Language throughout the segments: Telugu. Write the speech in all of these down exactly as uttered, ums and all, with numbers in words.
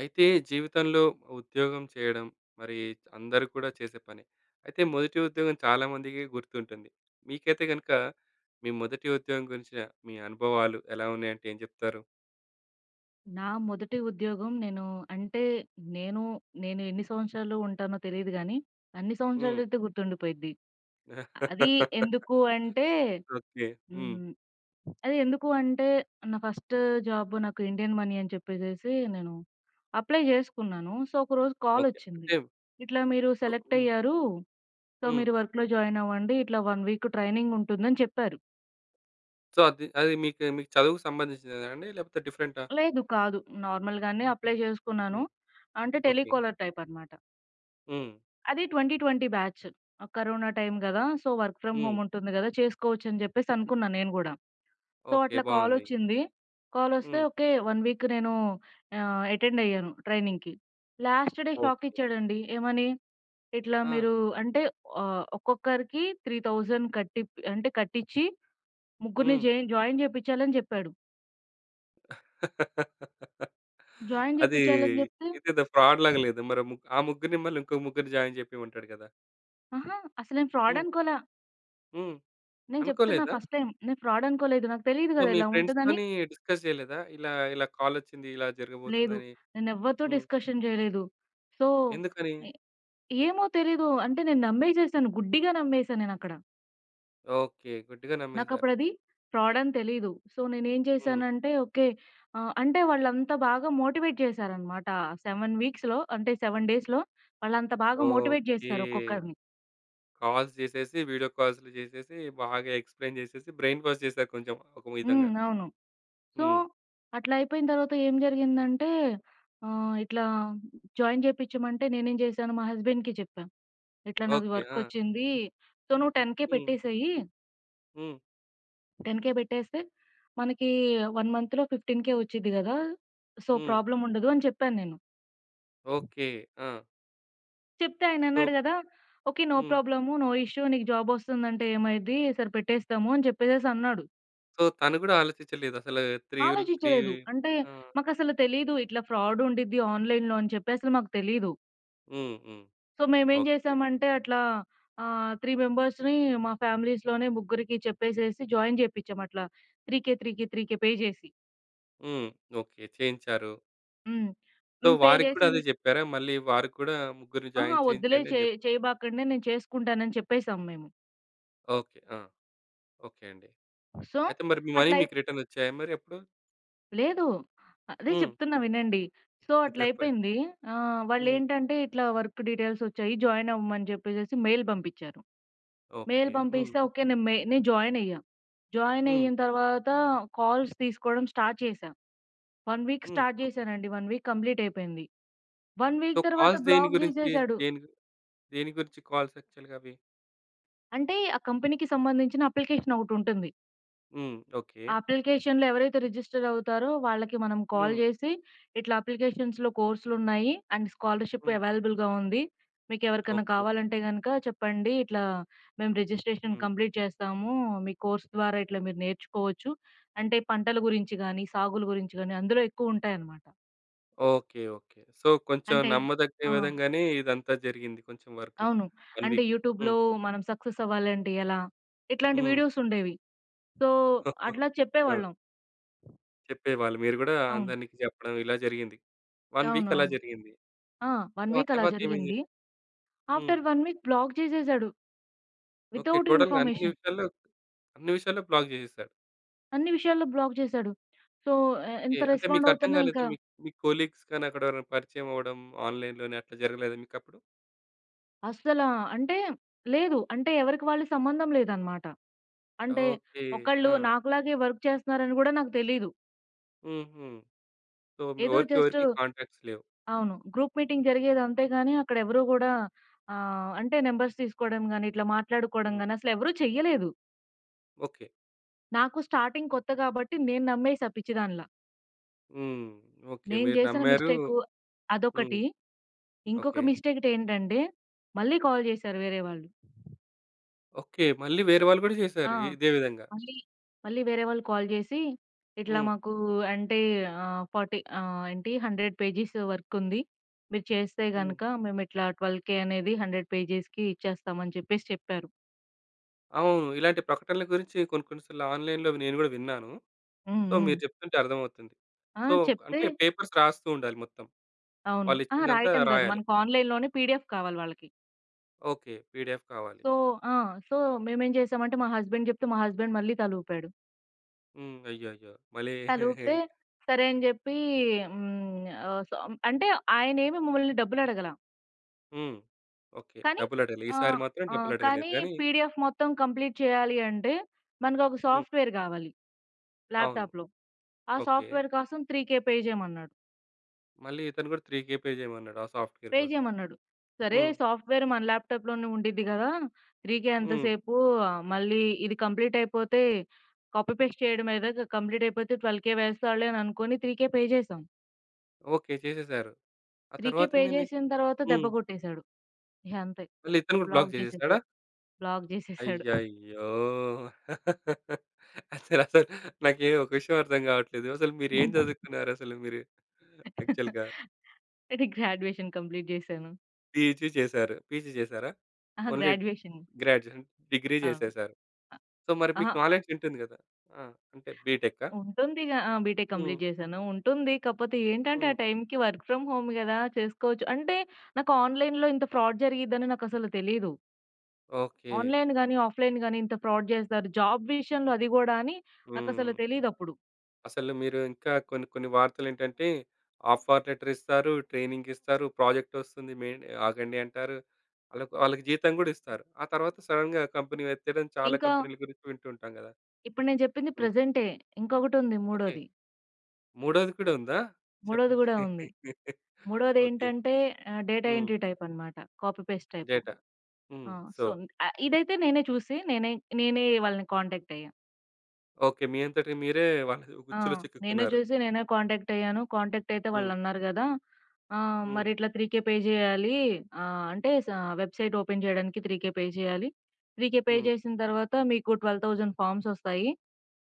అయితే జీవితంలో ఉద్యోగం చేయడం మరి అందరూ కూడా చేసే పనే. అయితే మొదటి ఉద్యోగం చాలామందికి గుర్తుంటుంది. మీకైతే గనుక మీ మొదటి ఉద్యోగం గురించిన మీ అనుభవాలు ఎలా ఉన్నాయంటే ఏం చెప్తారు? నా మొదటి ఉద్యోగం నేను అంటే నేను నేను ఎన్ని సంవత్సరాలు ఉంటానో తెలీదు గానీ, అన్ని హ్మ్. సంవత్సరాలైతే గుర్తుండిపోయిద్ది. అది ఎందుకు అంటే ఓకే. హ్మ్. హ్మ్. అది ఎందుకు అంటే నా ఫస్ట్ జాబ్ నాకు ఇండియన్ మనీ అని చెప్పేసేసి నేను అప్లై జేసుకున్నాను. సో, ఒకరోజు ఓకే. కాలొచ్చింది. అంటే ఇట్లా మీరు సో సెలెక్ట్ హ్మ్. అయ్యారు. సో, హ్మ్. మీరు వర్క్‌లో జాయిన్ అవ్వండి. ఇట్లా వన్ వీక్ ట్రైనింగ్ ఉంటుందని చెప్పారు. సో, అది అది మీకు మీకు చదువుకు సంబంధించినదా అండి? లేకపోతే డిఫరెంటా? లేదు, కాదు. నార్మల్‌గానే అప్లై జేసుకున్నాను. హ్మ్. అంటే ఓకే. టెలికాలర్ టైప్ అనమాట. హ్మ్. అది ఇరవై ఇరవై బ్యాచ్. ఆహ్, కరోనా టైమ్ గదా! So, work from hmm. Home ఉంటుంది గదా! చేసుకోవచ్చని జెప్పేసి అనుకున్నా నేను గూడా. So, okay. అట్లా బావుంది. కాలొచ్చింది. కాలొస్తే హ్మ్. ఓకే. వన్ వీక్ నేను ఆహ్, అటెండ్ అయ్యాను ట్రైనింగ్‌కి. Last day shock okay. ఇచ్చాడండి. ఏమని? "ఇట్లా ఆ! మీరు అంటే ఆహ్, ఒక్కొక్కరికి మూడు వేలు కట్టి అంటే కట్టిచ్చి ముగ్గురిని హ్మ్. జైన్ జాయిన్ జేపిచ్చాలని" జెప్పాడు. జాయిన్ అది జేపిచ్చాలని జెప్తే ఇదేదో ఫ్రాడ్ లాగా లేదు. మరి ము ఆ ముగ్గురిని మళ్ళీ ఇంకో ముగ్గురిని జాయిన్ జేపియమంటాడు గదా! అహా! అసలు నేను ఫ్రాడ్ హ్మ్. అనుకోలా. హ్మ్. నేను చెప్తున్నా అనుకోలేదా? First time. నేను ఫ్రాడ్ అనుకోలేదు. నాకు తెలీదు సో, గదా! మీ ఇలా ఉంటదని. ఫ్రెండ్స్‌తోని డిస్కస్ చేయలేదా? ఇలా, ఇలా కాలొచ్చింది. ఇలా లేదు. జరగబోతుందని. నేనెవ్వరితో హ్మ్. డిస్కషన్ జేయలేదు. సో, ఎందుకని? ఎ ఏమో తెలీదు. అంటే నేను నమ్మేసేసాను. గుడ్డిగా నమ్మేసాను నేనక్కడ. ఓకే. గుడ్డిగా నమ్మేసారు. నాకప్పుడది ఫ్రాడ్ అని తెలీదు. సో, నేనేం హ్మ్. చేశానంటే ఓకే. ఆహ్, అంటే వాళ్ళంతా బాగా మోటివేట్ చేశారనమాట. ఏడు వీక్స్‌లో అంటే ఏడు డేస్‌లో వాళ్ళంత బాగా మోటివేట్ ఓకే. చేశారు ఒక్కొక్కరిని. కాల్స్ జేసేసి, వీడియో కాల్స్‌లు జేసేసి, బాగా ఎక్స్‌ప్లెయిన్ జేసేసి, బ్రెయిన్ వాష్ చేశారు కొంచెం ఒక విధంగా. హ్మ్. అవును. సో, హ్మ్. అట్లా అయిపోయిన తర్వాత ఏం జరిగిందంటే ఆహ్, ఇట్లా జాయిన్ చేపిచ్చమంటే నేనేం చేశాను, మా హస్బెండ్‌కి చెప్పా. ఇట్లా నాకు ఓకే. ఆ! వర్కొచ్చింది. సో, నువ్వు పది వేలు హ్మ్. పెట్టేసేయి. హ్మ్. పది వేలు పెట్టేస్తే మనకి వన్ మంత్‌లో పదిహేను వేలు వచ్చిద్ది గదా! సో, హ్మ్. ప్రాబ్లమ్ ఉండదు అని చెప్పాను నేను. ఓకే. ఆ! చెప్తే సో ఆయనన్నాడు గదా! Okay. No hmm. Problem. No issue. నీకు జాబొస్తుందంటే ఏమైద్ది? సరే పెట్టేస్తాము అని చెప్పేసేసి అన్నాడు. సో, తను గూడా ఆలోచించలేదసలు. త్రీ విల్ త్రీ ఆలోచించలేదు. అంటే ఆ! మాకసలు తెలీదు. ఇట్లా ఫ్రాడ్ ఉండిద్ది ఆన్‌లైన్‌లో అని చెప్పి అసలు మాకు తెలీదు. హ్మ్. హ్మ్. సో, మేమేం ఓకే. జేసామంటే అట్లా ఆహ్, మూడు మెంబర్స్‌ని మా ఫ్యామిలీస్‌లోనే ముగ్గురికి చెప్పేసేసి జాయిన్ జేపిచ్చాం, అట్లా 3కే, 3కే, 3కే పే జేసి. హ్మ్. ఓకే. చేయించారు. హ్మ్. సో, హ్మ్. పే వారికి కూడా అదే జేసింది జెప్పారా? మళ్ళీ వారికి కూడా ముగ్గురిని అహా! జాయిన్ వద్దులే, చేయించండి చే అని జెప్ చేయబాకండి, నేను చేసుకుంటానని చెప్పేసాం మేము. ఓకే. ఆ! ఓకే అండి. సో, అయితే మరి మీ మనీ అట్లా అయి మీకు రిటర్న్ ఒచ్చాయా మరి అప్పుడు? లేదు. అదే హ్మ్. చెప్తున్నా, వినండి. సో, చెప్పండి. అట్లయిపోయింది. ఆహ్, హ్మ్. వాళ్ళేంటంటే ఇట్లా వర్క్ డీటెయిల్స్ ఒచ్చాయి. జాయిన్ అవ్వమని జెప్పేసేసి మెయిల్ పంపిచ్చారు. ఓకే. మెయిల్ హ్మ్. పంపిస్తే ఓకే. నేను మె నేను జాయిన్ అయ్యా. జాయిన్ హ్మ్. అయిన తర్వాత కాల్స్ తీసుకోవడం స్టార్ట్ చేశా. One week hmm. Start okay. జేశానండి. వన్ వీక్ కంప్లీట్ అయిపోయింది. వన్ సో, వీక్ తర్వాత కాల్స్ దేని బ్లాక్ గురించి? జేసేసాడు. దేని గు దేని గురించి కాల్స్ యాక్చువల్‌గా అవి? అంటే ఆ కంపెనీకి సంబంధించిన అప్లికేషన్ ఒకటుంటుంది. హ్మ్. ఓకే. ఆ అప్లికేషన్‌లో ఎవరైతే రిజిస్టర్ అవుతారో వాళ్ళకి మనం కాల్ హ్మ్. జేసి, "ఇట్లా అప్లికేషన్స్‌లో కోర్సులున్నాయి అండ్ స్కాలర్‌షిప్ హ్మ్. అవైలబుల్‌గా ఉంది. మీకెవరికన్నా ఓకే. కావాలంటే గనక చెప్పండి. ఇట్లా మేము రిజిస్ట్రేషన్ హ్మ్. కంప్లీట్ చేస్తాము. మీ కోర్స్ ద్వారా ఇట్లా మీరు నేర్చుకోవచ్చు." అంటే పంటల గురించి గాని, సాగుల గురించి గాని అందులో ఎక్కువుంటాయన్నమాట. ఓకే. ఓకే. సో, కొంచెం అంటే నమ్మదగిన ఆ! విధంగానే ఇదంతా జరిగింది కొంచెం వరకు. అవును. ఒక అంటే వీక్. యూట్యూబ్‌లో హ్మ్. మనం సక్సెస్ అవ్వాలంటే ఎలా? ఇట్లాంటి హ్మ్. వీడియోస్ ఉండేవి. సో, అట్లా ఆ! చెప్పేవాళ్ళం. చెప్పేవాళ్ళు. మీరు గూడా అవును. అందరికి చెప్పడం ఇలా జరిగింది. ఒక వీక్ అలా అవునవును. జరిగింది. ఆ! సో, వన్ ఆ వీక్ అలా తర్వాత ఏమైంది? జరిగింది. Hmm. After one week block చేసేసాడు. ఓకే. వితౌట్ టోటల్‌గా అన్ని ఇన్ఫర్మేషన్. విషయాల్లో అన్ని విషయాల్లో బ్లాక్ జేసేసాడు. అన్ని విషయాల్లో బ్లాక్ చేసాడు. సో, ఎ ఓకే. ఎంత అంటే మీకు రెస్పాండ్ అర్థం అవుతున్నా కాలేదా? ఇంకా మీ మీ కొలీగ్స్ కానీ అక్కడ ఎవరైనా పరిచయం అవ్వడం ఆన్‌లైన్‌లోనే అట్లా జరగలేదా మీకప్పుడు? అస్సల అంటే లేదు. అంటే ఎవరికి వాళ్ళు సంబంధం లేదనమాట. అంటే ఓకే. ఆ! ఒకళ్ళు నాకులాగే వర్క్ చేస్తున్నారని గూడా నాకు తెలీదు. హుహు. సో, ఏదో జస్ట్ ఎవరికెవరికి కాంటాక్ట్స్ లేవు. అవును. గ్రూప్ మీటింగ్ జరిగేది అంతే గాని అక్కడెవరు గూడా ఆహ్, అంటే నంబర్స్ తీసుకోవడం గాని, ఇట్లా మాట్లాడుకోవడం హ్మ్. గాని అసలెవరు చెయ్యలేదు. ఓకే. నాకు స్టార్టింగ్ కొత్త గాబట్టి నేను నమ్మేసా పిచ్చిదానిలా. హ్మ్. ఓకే. నేను మీరు జేసిన నమ్మారు. మిస్టేకు హ్మ్. అదొకటి. ఇంకొక ఓకే. మిస్టేకటేంటంటే మళ్ళీ కాల్ జేశారు వేరే వాళ్ళు. ఓకే. మళ్ళీ వేరే వాళ్ళు గూడా ఆ! చేశారు ఇదే విధంగా. మళ్ళీ, మళ్ళీ వేరే వాళ్ళు కాల్ జేసి, "ఇట్లా హ్మ్. మాకు అంటే ఆహ్, నలభై ఆహ్, ఏంటి వంద పేజెస్ వర్కుంది. మీరు చేస్తే హ్మ్. గనక మేమిట్లా పన్నెండు వేలు అనేది వంద పేజెస్‌కి ఇచ్చేస్తాం" అని చెప్పేసి చెప్పారు. అవును. ఇలాంటి ప్రకటనల గురించి కొన్ని కొన్ని సార్లు ఆన్‌లైన్‌లో నేను గూడా విన్నాను. హ్మ్. సో, హ్మ్. మీరు చెప్తుంటే అర్థమవుతుంది. ఆ! సో, చెప్తే అంటే పేపర్స్ రాస్తూ ఉండాలి మొత్తం. అవును. ఆ! వాళ్ళిచ్చిందంతా రాయటం అవును. గాదు. రాయాలి. మనకు ఆన్‌లైన్‌లోనే పీడీఎఫ్ కావాలి వాళ్ళకి. ఓకే. పీడీఎఫ్ కావాలి. సో, ఆ! సో, మేమేం చేసామంటే మా హస్బెండ్ చెప్తే మా హస్బెండ్ మళ్ళీ తలూపాడు. హ్మ్. అయ్యయ్యో! మళ్ళీ తలూపితే సరే అని జెప్పి హ్మ్. ఆహ్, సో, అంటే ఆయనేమి మమ్మల్ని డబ్బులడగల. హ్మ్. ఓకే. కానీ డబ్బులడగలే. ఈసారి ఆహ్, మాత్రం ఆ! డబ్బులడగలేదు కానీ గానీ పీడీఎఫ్ మొత్తం కంప్లీట్ చేయాలి అంటే మనకొక హ్మ్. సాఫ్ట్‌వేర్ గావాలి అవును. ల్యాప్‌టాప్‌లో. ఆ ఓకే. సాఫ్ట్‌వేర్ కోసం మూడు వేలు పే చేయమన్నాడు. మళ్ళీ ఇతను గూడా మూడు వేలు పే చేయమన్నాడు ఆ సాఫ్ట్‌వేర్ పే కోసం. చేయమన్నాడు. సరే హ్మ్. సాఫ్ట్‌వేర్ మన ల్యాప్‌టాప్‌లోనే ఉండిద్ది గదా! 3కే హ్మ్. అంతసేపు మళ్ళీ ఇది కంప్లీట్ అయిపోతే కాపీ పేస్ట్ చేయడమే గదా! కంప్లీట్ అయిపోతే 12కే వేస్తాడులే అని అనుకోని 3కే పే చేశాం. ఓకే. చేసేసారు. ఆ 3కే పే తర్వాతేమైంది? చేసిన తర్వాత దెబ్బ హ్మ్. కొట్టేశాడు. ఇహ అంతే, మళ్ళీ ఇతను గూడా బ్లాక్ బ్లాక్ చేసేసాడా? జేసేశాడు. బ్లాక్ జేసేశాడు. అయ్యయ్యో! అసలసలు నాకే ఒక విషయం అర్థం కావట్లేదు. అసలు మీరేం చదువుకున్నారసలు మీరు? యాక్చువల్‌గా అంటే గ్రాడ్యుయేషన్ కంప్లీట్ జేశాను. పీజీ చేశారు. పీజీ చేశారా? అహా! Only graduation. గ్రాడ్యుయేషన్ డిగ్రీ అవును. చేసేసారు. అ సో, మరి మీకు అహా! నాలెడ్జ్ ఉంటుంది గదా! ఆ! అంటే బీటెకా? ఉంటుందిగా. ఆ! బీటెక్ హ్మ్. కంప్లీట్ జేశాను. ఉంటుంది. కాపోతే ఏంటంటే, హ్మ్. ఆ టైంకి వర్క్ ఫ్రమ్ హోమ్ గదా! చేసుకోవచ్చు. అంటే, నాకు ఆన్‌లైన్‌లో ఇంత ఫ్రాడ్ జరిగిద్దని నాకసలు తెలీదు. ఓకే. ఆన్‌లైన్ గాని, ఆఫ్‌లైన్ గాని ఇంత ఫ్రాడ్ జేస్తారు. జాబ్ విషయంలో అది గూడా అని హ్మ్. నాకసలు తెలీదప్పుడు. అసలు మీరు ఇంకా కొన్ని కొన్ని వార్తలేంటంటే, ఆఫర్ లెటర్ ఇస్తారు, ట్రైనింగ్ ఇస్తారు, ప్రాజెక్ట్ వస్తుంది మెయిన్ ఆగండి అంటారు. ఆళ్ళకు వాళ్ళకి జీతం గూడా ఇస్తారు. ఆ తర్వాత సడెన్‌గా కంపెనీ ఎత్తేయడం చాలా ఇంకా కంపెనీల గురించి వింటూ ఉంటాం గదా! ఇప్పుడు నేను జెప్పింది హ్మ్. ప్రెజెంటే. ఇంకొకటుంది ఓకే. మూడోది. మూడోది కూడా ఉందా? మూడోది చెప్పండి. గూడా ఉంది. ఓకే. మూడోదేంటంటే ఆహ్, డేటా హ్మ్. ఎంట్రీ టైపనమాట. Copy paste type. డేటా. హ్మ్. ఆ! సో, సో, ఆహ్, ఇదైతే నేనే చూసి నేనే నేనే వాళ్ళని కాంటాక్ట్ అయ్యాను. ఓకే. మీ అంతటికి మీరే వాళ్ళ ఆ! ఉచ్చులో నేనే చిక్కుకున్నారు. చూసి నేనే కాంటాక్ట్ అయ్యాను. కాంటాక్ట్ అయితే హ్మ్. వాళ్ళన్నారు గదా! ఆహ్, హ్మ్. మరి ఇట్లా మూడు వేలు పే చేయాలి. ఆహ్, అంటే స వెబ్‌సైట్ ఓపెన్ చేయడానికి మూడు వేలు పే చేయాలి. మూడు వేలు పే హ్మ్. చేసిన తర్వాత మీకు పన్నెండు వేలు ఫార్మ్స్ ఒస్తాయి.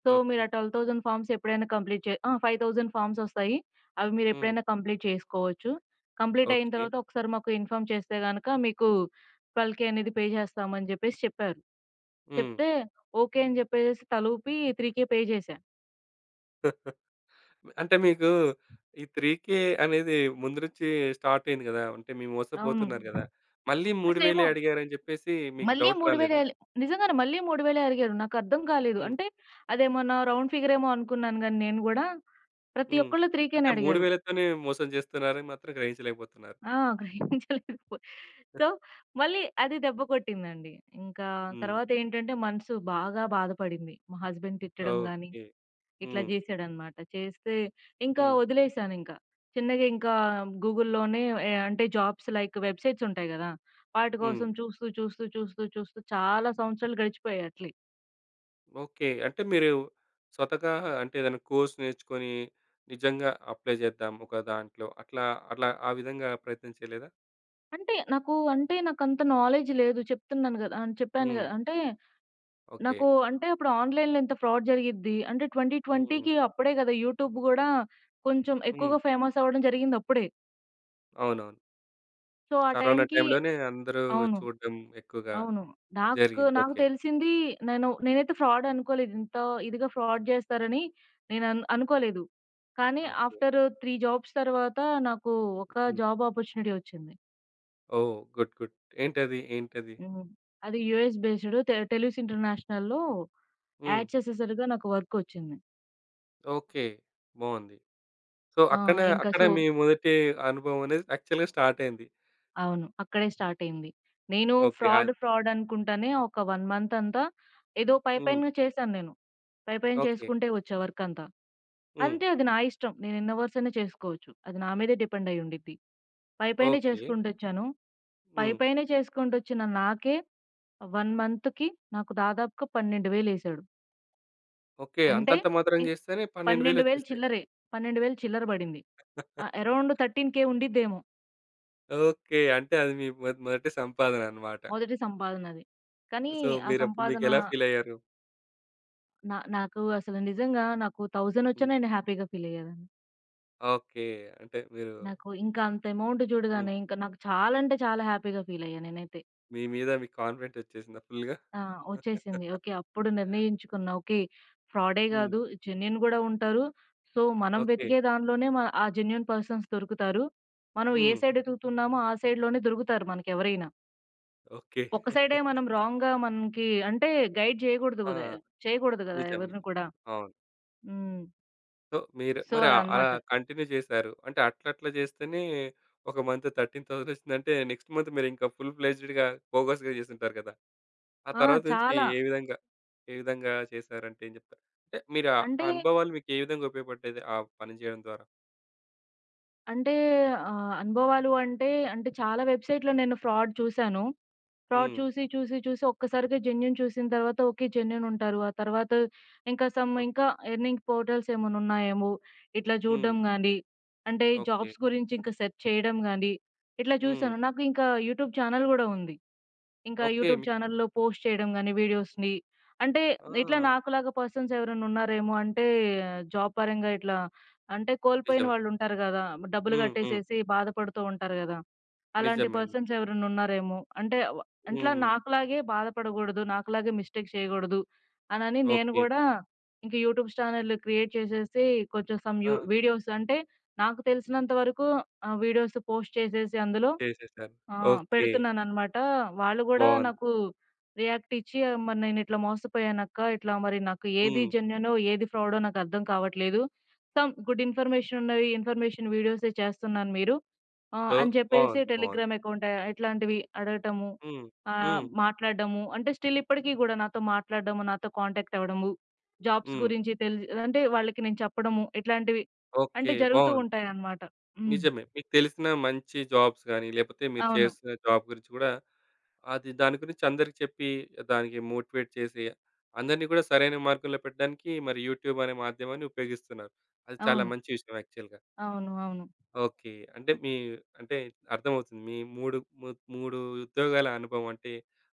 సో, మీరు ఓకే. ఆ పన్నెండు వేలు ఫార్మ్స్ ఎప్పుడైనా కంప్లీట్ చే ఆ! ఐదు వేలు ఫార్మ్స్ ఒస్తాయి. అవి మీరు హ్మ్. ఎప్పుడైనా కంప్లీట్ చేసుకోవచ్చు. కంప్లీట్ అయిన ఓకే. తర్వాత ఒకసారి మాకు ఇన్ఫార్మ్ చేస్తే గనక మీకు పన్నెండు వేలు అనేది పే చేస్తామని జెప్పేసి చెప్పారు. హ్మ్. చెప్తే ఓకే అని జెప్పేసేసి తలూపి మూడు వేలు పే చేశా. అంటే మీకు ఈ మూడు వేలు అనేది ముందు నుంచి స్టార్ట్ అయింది గదా! అంటే మీరు అవును. మోసపోతున్నారు గదా! మళ్ళీ మూడు వేలు అసలేమో అడిగారని జెప్పేసి మీకు డౌట్ మళ్ళీ 3000 రాలేదా? ఎల్ నిజంగానే మళ్ళీ మూడు వేలు అడిగారు. నాకర్థం కాలేదు. హ్మ్. అంటే అదేమన్నా రౌండ్ ఫిగర్ ఏమో అనుకున్నాను గానీ నేను గూడా. ప్రతి హ్మ్. ఒక్కళ్ళు అంటే మూడు వేలు అడిగారు. 3,000తోనే మోసం జేస్తున్నారని మాత్రం గ్రహించలేకపోతున్నారు. ఆ! గ్రహించలేదు. సో, మళ్ళీ అది దెబ్బ కొట్టిందండి. ఇంకా హ్మ్. తర్వాతేంటంటే మనసు బాగా బాధపడింది. మా హస్బెండ్ తిట్టడం గానీ, ఓకే. ఇట్లా హ్మ్. జేశాడనమాట. చేస్తే ఇంకా హ్మ్. వదిలేసానింక. చిన్నగా ఇంకా గూగుల్‌లోనే ఎ అంటే జాబ్స్ లైక్ వెబ్‌సైట్స్ ఉంటాయి గదా! వాటి హ్మ్. కోసం చూస్తూ, చూస్తూ, చూస్తూ, చూస్తూ చాలా సంవత్సరాలు గడిచిపోయాయి అట్లే. ఓకే. అంటే మీరు స్వతహా అంటే ఏదైనా కోర్స్ నేర్చుకొని నిజంగా అప్లై చేద్దాం ఒక దాంట్లో అట్లా, అట్లా ఆ విధంగా ప్రయత్నం చేయలేదా? అంటే నాకు, అంటే నాకంత నాలెడ్జ్ లేదు. చెప్తున్నాను గదా! ఆహ్, చెప్పాను హ్మ్. గదా! అంటే ఓకే. నాకు, అంటే అప్పుడు ఆన్‌లైన్‌లో ఇంత ఫ్రాడ్ జరిగిద్ది. అంటే హ్మ్. 2020కి అప్పుడే గదా! యూట్యూబ్ గూడా కొంచెం హ్మ్. ఎక్కువగా ఫేమస్ అవ్వడం జరిగింది అప్పుడే. అవునవును. సో, ఆ కరోనా టైంకి టైంలోనే అందరూ అవును. చూడడం ఎక్కువగా అవును. నాకు జరిగింది. నాకు ఓకే. తెలిసింది, నేను నేనైతే ఫ్రాడ్ అనుకోలేదు. ఇంత ఇదిగా ఫ్రాడ్ జేస్తారని నేను అను అనుకోలేదు. కానీ ఓకే. ఆఫ్టర్ మూడు జాబ్స్ తర్వాత నాకు ఒక హ్మ్. జాబ్ ఆపర్చునిటీ వచ్చింది. ఓహ్! గుడ్. గుడ్. ఏంటది? ఏంటది? హ్మ్. అది యూఎస్ బేస్డ్ టె టెలిస్ ఇంటర్నేషనల్‌లో హ్మ్. యాడ్ చేసేసరిగా నాకు వర్కొచ్చింది. ఓకే. బావుంది. సో, ఆ! అక్కడ ఇంకా అక్కడ సో మీ మొదటి అనుభవం అనేది యాక్చువల్‌గా స్టార్ట్ అయింది. అవును. అక్కడే స్టార్ట్ అయింది. నేను ఓకే. ఫ్రాడ్, ఆహ్, ఫ్రాడ్ అనుకుంటానే ఒక వన్ మంత్ అంతా ఏదో హ్మ్. పైపైన చేశాను నేను. పైపైన ఓకే. చేసుకుంటే వచ్చా వర్కంతా. హ్మ్. అంటే అది నా ఇష్టం. నేను ఎన్ని అవర్స్ అయినా చేసుకోవచ్చు. అది నా మీదే డిపెండ్ అయ్యి ఉండిద్ది. పైపైనే ఓకే. చేసుకుంటొచ్చాను. హ్మ్. పైపైనే చేసుకుంటొచ్చిన నాకే వన్ మంత్‌కి నాకు దాదాపుగా పన్నెండు వేలు ఏసాడు. ఓకే. అంటే అంతంత మాత్రం ఇం చేస్తేనే పన్నెండు వేలు పన్నెండు వేలు వచ్చేసాయి. చిల్లరే. పన్నెండు వేలు చిల్లర బడింది. ఆహ్, అరౌండ్ పదమూడు వేలు ఉండిద్దేమో ఓకే. అంటే అది మీ మొ మొదటి సంపాదన అన్నమాట. మొదటి సంపాదనది. కానీ సో, ఆ మీరప్పుడు సంపాదన, మీకెలా ఫీల్ అయ్యారు? నా నాకు అసలు నిజంగా నాకు వెయ్యి హ్మ్. వచ్చినా నేను హ్యాపీగా ఫీల్ అయ్యేదాన్ని. ఓకే. అంటే మీరు నాకు ఇంకా అంత అమౌంట్ హ్మ్. చూడగానే ఇంకా నాకు చాలా, అంటే చాలా హ్యాపీగా ఫీల్ అయ్యా నేనైతే. మీ మీద మీకు కాన్ఫిడెంట్ వచ్చేసిందా ఫుల్‌గా? ఆ! వచ్చేసింది. ఓకే. అప్పుడు నిర్ణయించుకున్నా. ఓకే. ఫ్రాడే హ్మ్. గాదు. జెన్యూన్ గూడా ఉంటారు. సో, మనం ఓకే. వెతికే దానిలోనే, మ ఆ జెన్యూన్ పర్సన్స్ దొరుకుతారు. మనం ఏ హ్మ్. సైడ్ ఎతుకుతున్నామో ఆ సైడ్‌లోనే దొరుకుతారు మనకెవరైనా. ఓకే. ఒక సైడే మనం రాంగ్‌గా, మనకి అంటే గైడ్ చేయకూడదు ఆ! గదా! చేయకూడదు గదా నిజం. నిజం. ఎవరిని కూడా. అవును. హ్మ్. సో, మీరు సో, మరి అలా ఆ- అలా అన్నమాట. కంటిన్యూ చేశారు. అంటే అట్లా అట్లా చేస్తేనే ఒక మంత్ పదమూడు వేలు వచ్చిందంటే నెక్స్ట్ మంత్ మీరింకా ఫుల్ ఫ్లెడ్జ్డ్‌గా బోగస్‌గా చేసుంటారు కదా! ఆ ఆ! తర్వాత నుంచి చాలా. ఏ విధంగా, ఏ విధంగా చేశారంటే ఏం చెప్తారు? అంటే మీరు ఆ అంటే, ఆ అనుభవాలు మీకు ఏ విధంగా ఉపయోగపడ్డాయి ఆ పని చేయడం ద్వారా? అంటే ఆహ్, అనుభవాలు అంటే, అంటే చాలా వెబ్‌సైట్‌లో నేను ఫ్రాడ్ చూసాను. ఫ్రాడ్ హ్మ్. చూసి, చూసి, చూసి ఒక్కసారిగా జెన్యూన్ చూసిన తర్వాత ఓకే. జెన్యూన్ ఉంటారు. ఆ తర్వాత ఇంకా సమ్ ఓకే. ఇంకా ఎర్నింగ్ పోర్టల్స్ ఏమైనా ఉన్నాయేమో ఇట్లా హ్మ్. చూడడం గానీ, అంటే ఓకే. జాబ్స్ గురించి ఇంకా సెర్చ్ చేయడం గానీ, ఇట్లా హ్మ్. చూసాను. నాకు ఇంకా యూట్యూబ్ ఛానల్ గూడా ఉంది. ఇంకా ఓకే. యూట్యూబ్ మీకు ఛానెల్‌లో పోస్ట్ చేయడం గాని వీడియోస్‌ని. అంటే ఆ! ఇట్లా నాకులాగా పర్సన్స్ ఎవరైనా ఉన్నారేమో అంటే జాబ్ పరంగా ఇట్లా, అంటే కోల్పోయిన నిజమే. వాళ్ళుంటారు గదా! డబ్బులు హ్మ్. హ్మ్. కట్టేసేసి బాధపడుతూ ఉంటారు గదా! అలాంటి నిజమే. అండి. పర్సన్స్ ఎవరైనా ఉన్నారేమో. అంటే వ అట్లా హ్మ్. నాకులాగే బాధపడగూడదు, నాకులాగే మిస్టేక్ చేయగూడదు అనని, నేను ఓకే. గూడా ఇంక యూట్యూబ్ ఛానెల్ క్రియేట్ చేసేసి కొంచెం సమ్ ఆ! యూ వీడియోస్, అంటే నాకు తెలిసినంత వరకు ఆహ్, వీడియోస్ పోస్ట్ చేసేసి అందులో చేసేసారు. ఆ! ఓకే. పెడుతున్నాననమాట. వాళ్ళు గూడా బావుంది. నాకు రియాక్ట్ ఇచ్చి ఆహ్, మరి నేనిట్లా మోసపోయానక్క. ఇట్లా మరి నాకు ఏది హ్మ్. జెన్యూనో, ఏది ఫ్రాడో నాకర్థం కావట్లేదు. సమ్ గుడ్ ఇన్ఫర్మేషన్ ఉన్నవి, ఇన్ఫర్మేషన్ వీడియోసే చేస్తున్నారు మీరు. ఆహ్, సో, అని చెప్పేసి బావుంది. బావుంది. టెలిగ్రామ్ అకౌంట్, ఆహ్, ఇట్లాంటివి అడగటము, హ్మ్. ఆహ్, హ్మ్. మాట్లాడడము. అంటే స్టిల్ ఇప్పటికి గూడా నాతో మాట్లాడడము, నాతో కాంటాక్ట్ అవ్వడము, జాబ్స్ హ్మ్. గురించి తెల్ అంటే వాళ్ళకి నేను చెప్పడము, ఇట్లాంటివి ఓకే. అంటే జరుగుతూ బావుంది. ఉంటాయనమాట. హ్మ్. నిజమే. మీకు తెలిసిన మంచి జాబ్స్ గాని, లేపోతే మీరు అవును. చేస్తున్న జాబ్ గురించి కూడా అది దాని గురించి అందరికి చెప్పి, దానికి మోటివేట్ చేసి, అందరిని కూడా సరైన మార్గంలో పెట్టడానికి మరి యూట్యూబ్ అనే మాధ్యమాన్ని ఉపయోగిస్తున్నారు. అది చాలా అవును. మంచి విషయం యాక్చువల్‌గా. అవును. అవును. ఓకే. అంటే మీ అంటే అర్థమవుతుంది. మీ మూడు ము మూడు ఉద్యోగాల అనుభవం అంటే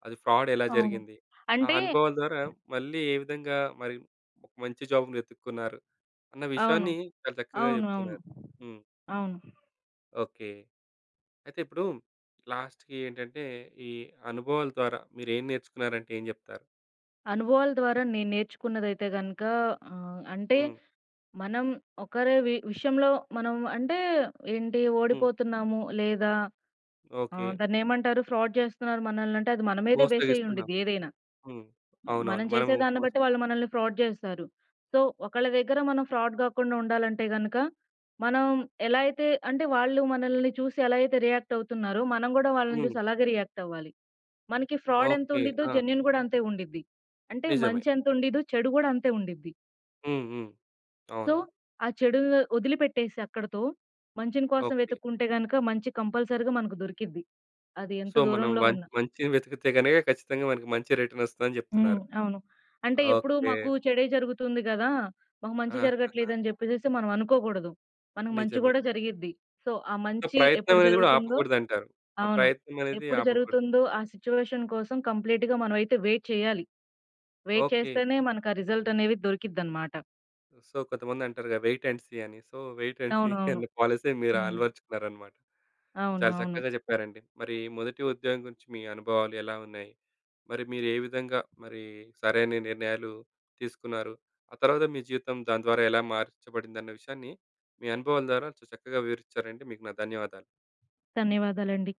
అది ఫ్రాడ్ ఎలా అవును. జరిగింది? ఆ అంటే అనుభవాల ద్వారా మళ్ళీ ఏ విధంగా మరి ఒక మంచి జాబ్‌ని వెతుక్కున్నారు అన్న అవును. విషయాన్ని చాలా చక్కగా అవును. అవును. చెప్తున్నారు. హ్మ్. అవును. ఓకే. అయితే ఇప్పుడు లాస్ట్‌కి ఏంటంటే ఈ అనుభవాల ద్వారా మీరేం నేర్చుకున్నారంటే ఏం చెప్తారు? అనుభవాల ద్వారా నేను నేర్చుకున్నదైతే గనక ఆహ్, అంటే హ్మ్. మనం ఒకరి వి విషయంలో, మనం అంటే ఏంటి హ్మ్. ఓడిపోతున్నాము లేదా ఓకే. ఆహ్, దాన్నేమంటారు, ఫ్రాడ్ చేస్తున్నారు మనల్నంటే అది మన మీదే బేస్ అయ్యి మోసగిస్తున్నాం. ఉండిద్ది ఏదైనా. హ్మ్. అవునవును. మనం మనము చేసే దాన్ని మోస్ బట్టి వాళ్ళు మనల్ని ఫ్రాడ్ చేస్తారు. సో, ఒకళ్ళ దగ్గర మనం ఫ్రాడ్ గాకుండా ఉండాలంటే గనక మనం ఎలా అయితే, అంటే వాళ్ళు మనల్ని చూసి ఎలా అయితే రియాక్ట్ అవుతున్నారో మనం గూడా వాళ్ళని హ్మ్. చూసి అలాగే రియాక్ట్ అవ్వాలి. మనకి ఫ్రాడ్ ఎంత ఓకే. ఉండిద్దో, ఆ! జెన్యూన్ గూడా అంతే ఉండిద్ది. అంటే నిజమే. మంచెంత ఉండిద్దో, చెడు గూడా అంతే ఉండిద్ది. హ్మ్. హ్మ్. సో, అవును. ఆ చెడు వదిలిపెట్టేసి అక్కడితో, మంచిని కోసం ఓకే. వెతుక్కుంటే గనక, మంచి కంపల్సరీగా మనకు దొరికిద్ది. అది ఎంత సో, మనం దూరంలో వం ఉన్నా. మంచిని వెతికితే గనక ఖచ్చితంగా మనకి మంచి రిటర్నొస్తదని హ్మ్. జెప్తున్నారు. అవును. అంటే ఎప్పుడు ఓకే. మాకు చెడే జరుగుతుంది గదా! మాకు మంచి ఆ! జరగట్లేదని జెప్పేసేసి మనం అనుకోకూడదు. మనకు మంచి నిజమే. గూడా జరిగిద్ది. సో, ఆ సో, మంచి ప్రయత్నం ఎప్పుడు అనేది గూడా జరుగుతుందో ఆపకూడదంటారు. ఆ అవును. ప్రయత్నం అనేది ఎప్పుడు ఆపకూడదు. జరుగుతుందో ఆ సిట్యుయేషన్ కోసం కంప్లీట్‌గా మనమైతే వెయిట్ చేయాలి. Wait okay. చేస్తేనే మనకు ఆ రిజల్ట్ అనేది దొరికిద్దనమాట. హ్మ్. సో, కొంతమందంటారుగా వెయిట్ అండ్ సీ అని. సో, వెయిట్ అండ్ సీ అవునవును. అనే పాలిసీ మీరు హ్మ్. అలవరుచుకున్నారనమాట. అవును. చాలా అవును. చక్కగా చెప్పారండి. మరి మొదటి ఉద్యోగం గురించి మీ అనుభవాలు ఎలా ఉన్నాయి? మరి మీరు ఏ విధంగా మరి సరైన నిర్ణయాలు తీసుకున్నారు? ఆ తర్వాత మీ జీవితం దాని ద్వారా ఎలా మార్చబడిందన్న విషయాన్ని మీ అనుభవాల ద్వారా చ చక్కగా వివరించారండి. మీకు నా ధన్యవాదాలు. ధన్యవాదాలండి.